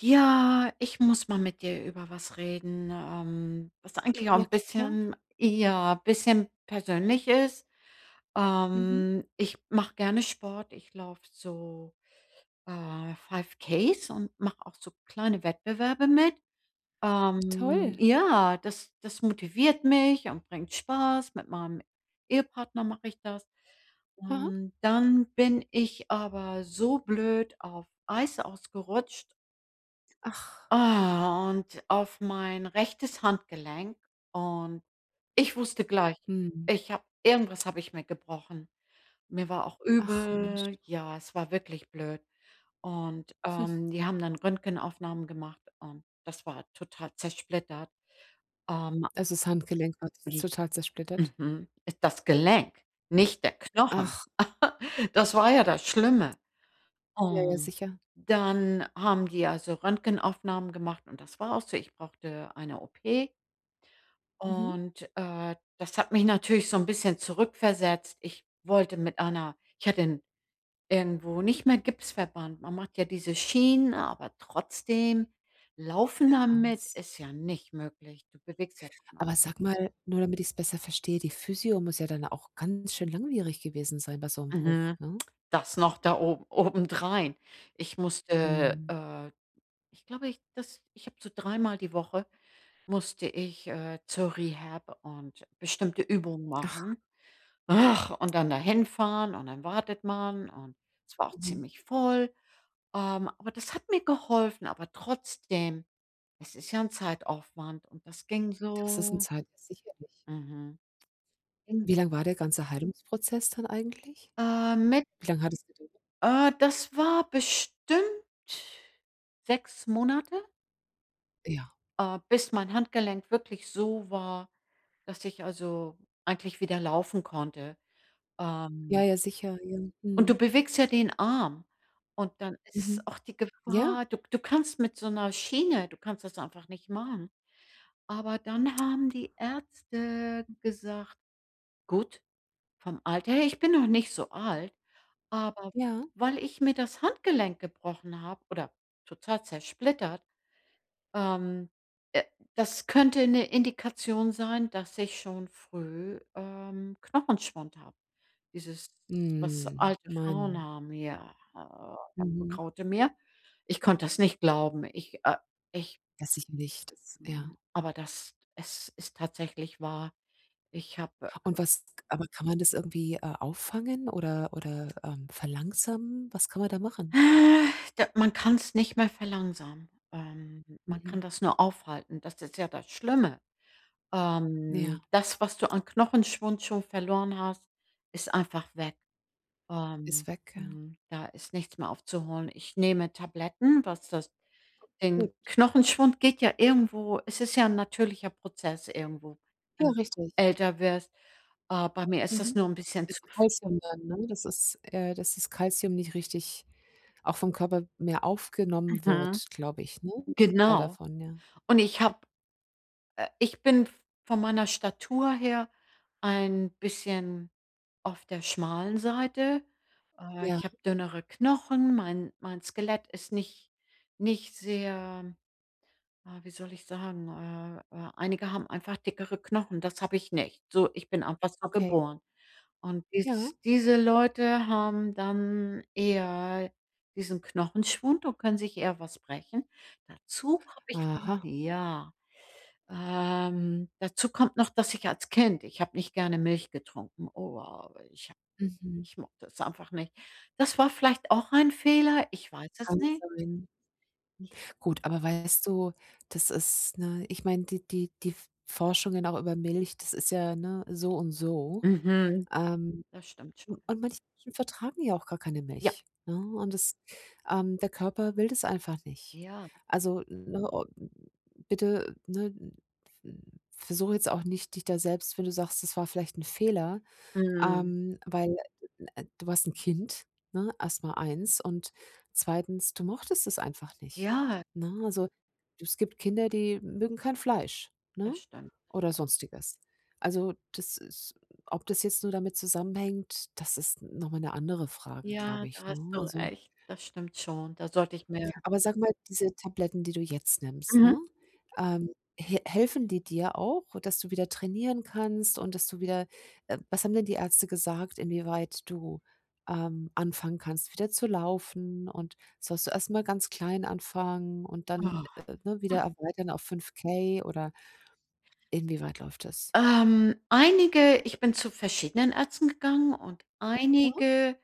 Ja, ich muss mal mit dir über was reden, was eigentlich auch Ja, ein klar. bisschen ja, bisschen persönlich ist. Mhm. Ich mache gerne Sport. Ich laufe so, 5Ks und mache auch so kleine Wettbewerbe mit. Toll. Ja, das motiviert mich und bringt Spaß. Mit meinem Ehepartner mache ich das. Aha. Und dann bin ich aber so blöd auf Eis ausgerutscht, Ach. Und auf mein rechtes Handgelenk und ich wusste gleich, Mhm. ich habe irgendwas habe ich mir gebrochen. Mir war auch Ach Mensch. übel. Ja, es war wirklich blöd. Und, Hm. Die haben dann Röntgenaufnahmen gemacht und das war total zersplittert. Ähm, Also, das Handgelenk war ich total zersplittert. mhm, das Gelenk, nicht der Knochen. Ach, Das war ja das Schlimme. ja, ja, Ähm, sicher. Dann haben die also Röntgenaufnahmen gemacht und das war auch so. Ich brauchte eine OP. Mhm. Und, das hat mich natürlich so ein bisschen zurückversetzt. Ich wollte mit einer ich hatte 'n irgendwo nicht mehr Gipsverband. Man macht ja diese Schienen, aber trotzdem laufen damit Hans. ist ja nicht möglich. Du bewegst ja keiner. Aber sag mal, nur damit ich es besser verstehe, die Physio muss ja dann auch ganz schön langwierig gewesen sein bei so 'nem Bruch, Mhm. ne? Das noch da oben obendrein. Ich musste, Mhm. Ich glaube, ich habe so 3 Mal die Woche musste ich, zur Rehab und bestimmte Übungen Ach, machen. Ach, und dann dahin fahren und dann wartet man und es war auch mhm. ziemlich voll. Aber das hat mir geholfen, aber trotzdem, es ist ja ein Zeitaufwand und das ging Das ist 'n so, Zeit, ja, sicherlich. mhm, ging, Wie lang war der ganze Heilungsprozess dann eigentlich? Mit Wie lange hat es gedauert? Das war bestimmt 6 Monate, Ja. Bis mein Handgelenk wirklich so war, dass ich also eigentlich wieder laufen konnte. Ja, Ähm ja, sicher, ja. Und du Mhm. bewegst ja den Arm und dann ist Mhm. auch die Ja, Gefahr du kannst mit so einer Schiene du kannst das einfach nicht machen. Aber dann haben die Ärzte gesagt: „Gut, vom Alter her ich bin noch nicht so alt, aber ja. weil ich mir das Handgelenk gebrochen habe oder total zersplittert, ähm, äh, das könnte eine Indikation sein, dass ich schon früh, Knochenschwund habe. Dieses, was Mhm, alte Frauen Mann. haben, ja, Mhm. begraute mir. Ich konnte das nicht glauben. Ich Ja, sicherlich, das ja. Aber das es ist tatsächlich wahr. Ich habe, Und was aber kann man das irgendwie, auffangen oder verlangsamen? Was kann man da machen? äh, da man kann es nicht mehr verlangsamen. Man Mhm. kann das nur aufhalten. Das ist ja das Schlimme. Ja, Das, was du an Knochenschwund schon verloren hast, ist einfach weg. ist Ähm, weg, ja. mhm, Da ist nichts mehr aufzuholen. Ich nehme Tabletten, was das den Gut. Knochenschwund geht ja irgendwo es ist ja ein natürlicher Prozess irgendwo, Ja, wenn du richtig. älter wirst. Bei mir ist das Mhm. nur ein bisschen zu. Das Kalzium dann, ne? Das ist dass das Kalzium nicht richtig auch vom Körper mehr aufgenommen Mhm, wird, glaube ich, ne? Teil genau. davon, ja. Und ich habe, ich bin von meiner Statur her ein bisschen auf der schmalen Seite. Ja, Ich habe dünnere Knochen, mein Skelett ist nicht sehr, wie soll ich sagen, einige haben einfach dickere Knochen, das habe ich nicht. So, ich bin einfach so okay. geboren. Und Ja. diese Leute haben dann eher diesen Knochenschwund und können sich eher was brechen. Dazu habe ich, oh, Aha. ja, dazu kommt noch, dass ich als Kind ich habe nicht gerne Milch getrunken. Oh, wow, ich Mhm. ich mochte es einfach nicht. Das war vielleicht auch ein Fehler, ich weiß es Kann nicht. sein. Ich. Gut, aber weißt du, das ist, ne, ich meine, die die F Forschungen auch über Milch, das ist ja, ne, so und so. Mhm, Ähm, das stimmt schon. und manche Menschen vertragen ja auch gar keine Ja, Milch, ne? Und das der Körper will das einfach nicht. ja, Also, ne, o bitte, ne, versuche jetzt auch nicht dich da selbst, wenn du sagst, das war vielleicht ein Fehler mhm, weil du warst ein Kind, ne? Erst mal 1 und zweitens, du mochtest es einfach nicht, ja, ne? Also, es gibt Kinder, die mögen kein Fleisch, ne? das stimmt. Oder Sonstiges. Also, das ist ob das jetzt nur damit zusammenhängt, das ist nochmal eine andere Frage, Ja, glaube da ich, ne? hast du Also, recht, das stimmt schon. Da sollte ich mir. aber sag mal, diese Tabletten, die du jetzt nimmst, Mhm. ne? Ähm, he helfen die dir auch, dass du wieder trainieren kannst und dass du wieder was haben denn die Ärzte gesagt, inwieweit du anfangen kannst, wieder zu laufen, und sollst du erst mal ganz klein anfangen und dannAh. Ne, wieder erweitern auf 5K oder inwieweit läuft das? Einige Ich bin zu verschiedenen Ärzten gegangen und Mhm. einige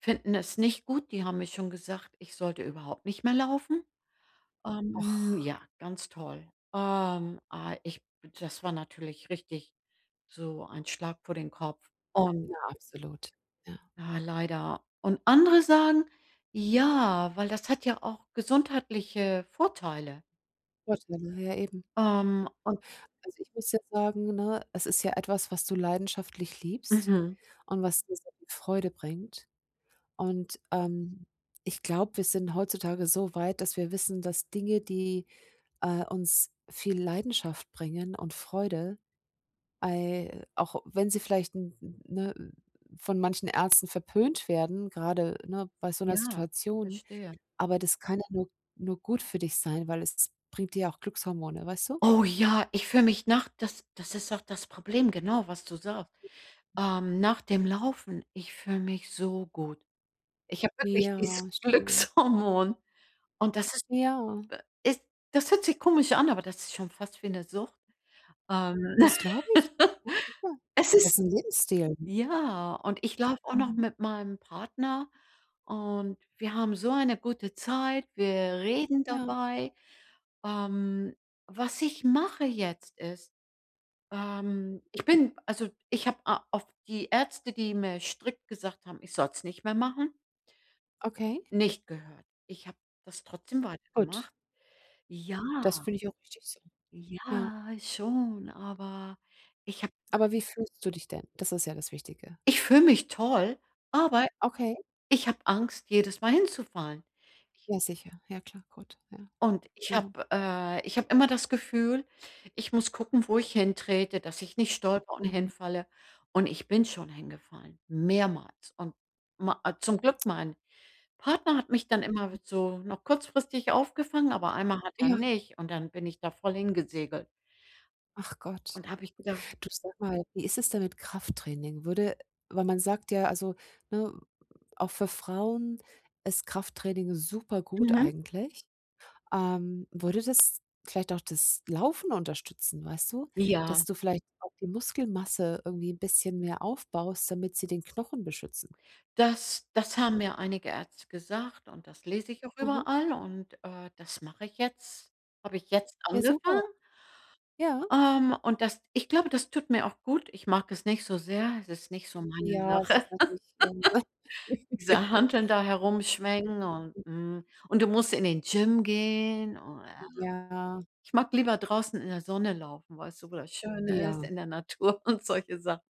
finden es nicht gut. Die haben mir schon gesagt, ich sollte überhaupt nicht mehr laufen. Och, Ja, ganz toll. Ah, ich Das war natürlich richtig so ein Schlag vor den Kopf und na, absolut. Ja, ja, leider. Und andere sagen: „Ja, weil das hat ja auch gesundheitliche Vorteile.“ Vorteile, ja eben. Ähm, und Also, ich muss ja sagen, ne, es ist ja etwas, was du leidenschaftlich liebst, mhm, und was dir sehr viel Freude bringt. Und ich glaube, wir sind heutzutage so weit, dass wir wissen, dass Dinge, die uns viel Leidenschaft bringen und Freude, ei auch wenn sie vielleicht 'n ne, von manchen Ärzten verpönt werden, gerade, ne, bei so einer ja, Situation, verstehe. aber das kann ja nur gut für dich sein, weil es bringt dir ja auch Glückshormone, weißt du? Oh ja, ich fühle mich nach das ist auch das Problem, genau, was du sagst. Nach dem Laufen, ich fühle mich so gut. Ich habe wirklich Ja, dieses schön. Glückshormon und das ist. Ja, Ist Das hört sich komisch an, aber das ist schon fast wie 'ne Sucht. Ähm, das glaube ich, ja. Es ist Das ist 'n Lebensstil. ja, und ich laufe auch noch Mhm. mit meinem Partner und wir haben so eine gute Zeit. Wir reden Ja, dabei. Ähm, Was ich mache jetzt ist, ich bin also, ich habe a auf die Ärzte, die mir strikt gesagt haben, ich soll's nicht mehr machen, okay. nicht gehört. Ich habe das trotzdem Gut, weitergemacht. Ja. das finde ich auch richtig so. Ja. Ja, schon, aber ich hab, Aber wie fühlst du dich denn? Das ist ja das Wichtige. ich fühle mich toll, aber Okay, ich habe Angst, jedes Mal hinzufallen. ja sicher. Ja klar, gut. Ja, Und ich ja. habe immer das Gefühl, ich muss gucken, wo ich hintrete, dass ich nicht stolper und Mhm. hinfalle. Und ich bin schon hingefallen, mehrmals. Und ma zum Glück mein Partner hat mich dann immer so noch kurzfristig aufgefangen, aber einmal hat er Ja, nicht und dann bin ich da voll hingesegelt. ach Gott. Und da habe ich gedacht. Du, sag mal, wie ist es denn mit Krafttraining? Würde weil man sagt ja, also, ne, auch für Frauen ist Krafttraining super gut Mhm, eigentlich. Würde das vielleicht auch das Laufen unterstützen, weißt du? Dass ja. du vielleicht auch die Muskelmasse irgendwie ein bisschen mehr aufbaust, damit sie den Knochen beschützen. Das haben mir einige Ärzte gesagt und das lese ich auch Mhm. überall und, das mache ich jetzt habe ich jetzt Ja, super. angefangen, Ja. Und das ich glaube, das tut mir auch gut. Ich mag es nicht so sehr. Es ist nicht so meine Ja, es Sache, ist natürlich diese Hanteln da herumschwenken und, und du musst in den Gym gehen. Oh, ja. Ja, Ich mag lieber draußen in der Sonne laufen, weißt du, wo das schön ist, ja, in der Natur und solche Sachen.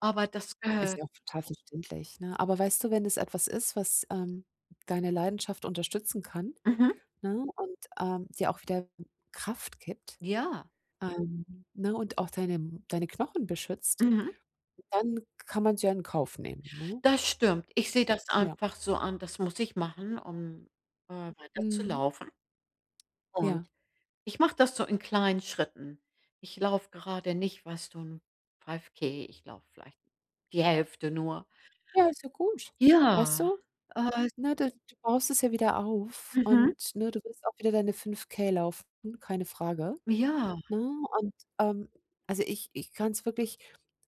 Aber das ist gehört. ja auch total verständlich, ne? Aber weißt du, wenn es etwas ist, was deine Leidenschaft unterstützen kann, Mhm, ne, und dir auch wieder Kraft gibtja, ne, und auch deine M deine Knochen beschützt, mhm. dann kann man's ja in Kauf nehmen, ne? Das stimmt. Ich sehe das Ja. einfach so an, das muss ich machen, um, Mhm. weiterzulaufen. Ja. Und ich mache das so in kleinen Schritten. Ich laufe gerade nicht, weißt du, 'n 5 K, ich laufe vielleicht die Hälfte nur. Ja, ist ja gut. Weißt Ja, du, äh, ne, du baust es ja wieder auf mhm, und, ne, du wirst auch wieder deine 5K laufen, keine Frage. ja, Ne? Und, ähm, also, ich kann es wirklich,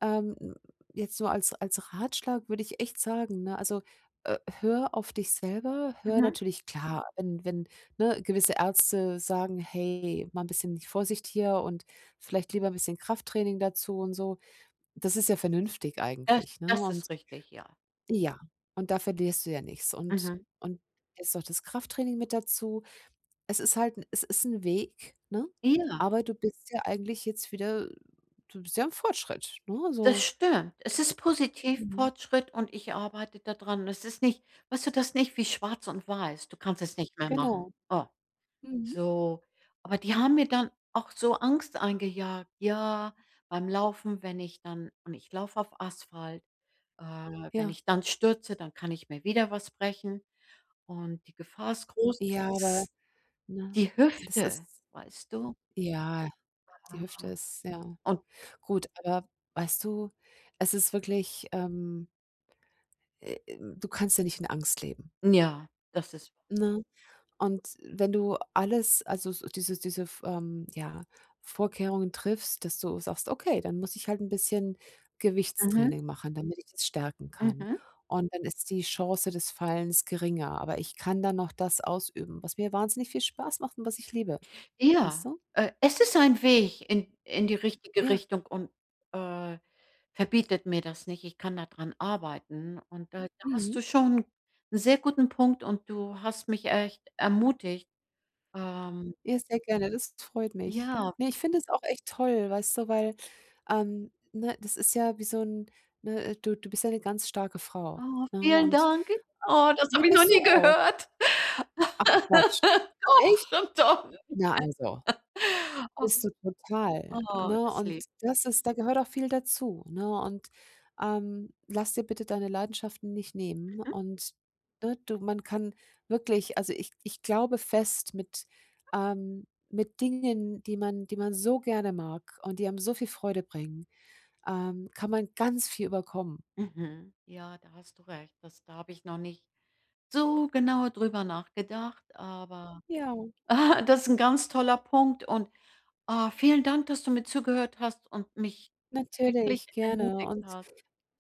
ähm, jetzt so als Ratschlag würde ich echt sagen, ne, also hör auf dich selber, hör mhm, natürlich klar, wenn, ne, gewisse Ärzte sagen: „Hey, mal ein bisschen Vorsicht hier und vielleicht lieber ein bisschen Krafttraining dazu" und so. Das ist ja vernünftig das eigentlich, ne? das Und ist richtig, ja. ja, und da verlierst du ja nichts. Und Mhm. und ist doch das Krafttraining mit dazu. Es ist 'n Weg, ne? Ja, Aber du bist ja eigentlich jetzt wieder, du bist ja im Fortschritt, ne? das So. stimmt. Es ist positiv, Mhm. Fortschritt und ich arbeite da dran. Es ist nicht weißt du, das ist nicht wie schwarz und weiß. Du kannst es nicht mehr machen. Genau. Oh. Mhm. So, aber die haben mir dann auch so Angst eingejagt. Ja, beim Laufen, wenn ich dann und ich laufe auf Asphalt, äh, wenn Ja. ich dann stürze, dann kann ich mir wieder was brechen und die Gefahr ist groß, Ja, aber, s- ne, die das Hüfte, ist weißt du? ja, die Hüfte Ah, ist ja, und gut, aber weißt du, es ist wirklich, du kannst ja nicht in Angst leben, ja, das ist. ne? Und wenn du alles, also so diese f ja, Vorkehrungen triffst, dass du sagst: „Okay, dann muss ich halt ein bisschen Mhm, Gewichtstraining machen, damit ich das stärken kann." mhm. Und dann ist die Chance des Fallens geringer, aber ich kann dann noch das ausüben, was mir wahnsinnig viel Spaß macht und was ich liebe. Weißt Ja, du? Es ist ein Weg in die richtige Ja. Richtung und, äh, verbietet mir das nicht. Ich kann da dran arbeiten und da hast Mhm. du schon einen sehr guten Punkt und du hast mich echt ermutigt. Ähm, Ja, sehr gerne, das freut mich. ja, Ne, ich finde es auch echt toll, weißt du, weil ne, das ist ja wie so 'n ne du bist ja 'ne ganz starke Frau, oh, ne, vielen und, Dank. ähm Oh, das ne, habe ich noch bist du nie auch. gehört. Ach Quatsch. Echt? Doch, doch. Na also. Bist Oh, du total, oh, ne? das ist Und lieb. das ist da gehört auch viel dazu, ne? Und lass dir bitte deine Leidenschaften nicht nehmen Mhm. und, ne, du man kann wirklich, also, ich glaube fest ähm, mit Dingen, die man so gerne mag und die einem so viel Freude bringen kann man ganz viel überkommen. Mhm. Ja, da hast du recht. Das da habe ich noch nicht so genau drüber nachgedacht, aber Ja, das ist ein ganz toller Punkt und, vielen Dank, dass du mir zugehört hast und mich wirklich natürlich, gerne, ermutigt und hast.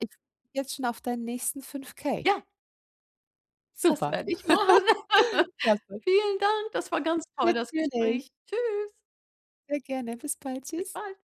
ich bin jetzt schon auf deinen nächsten 5K. Ja, das Super. werde ich machen. Klasse. Vielen Dank, das war ganz toll, das Natürlich. Gespräch. Tschüss, Sehr gerne. Bis bald. bis Tschüss. bald.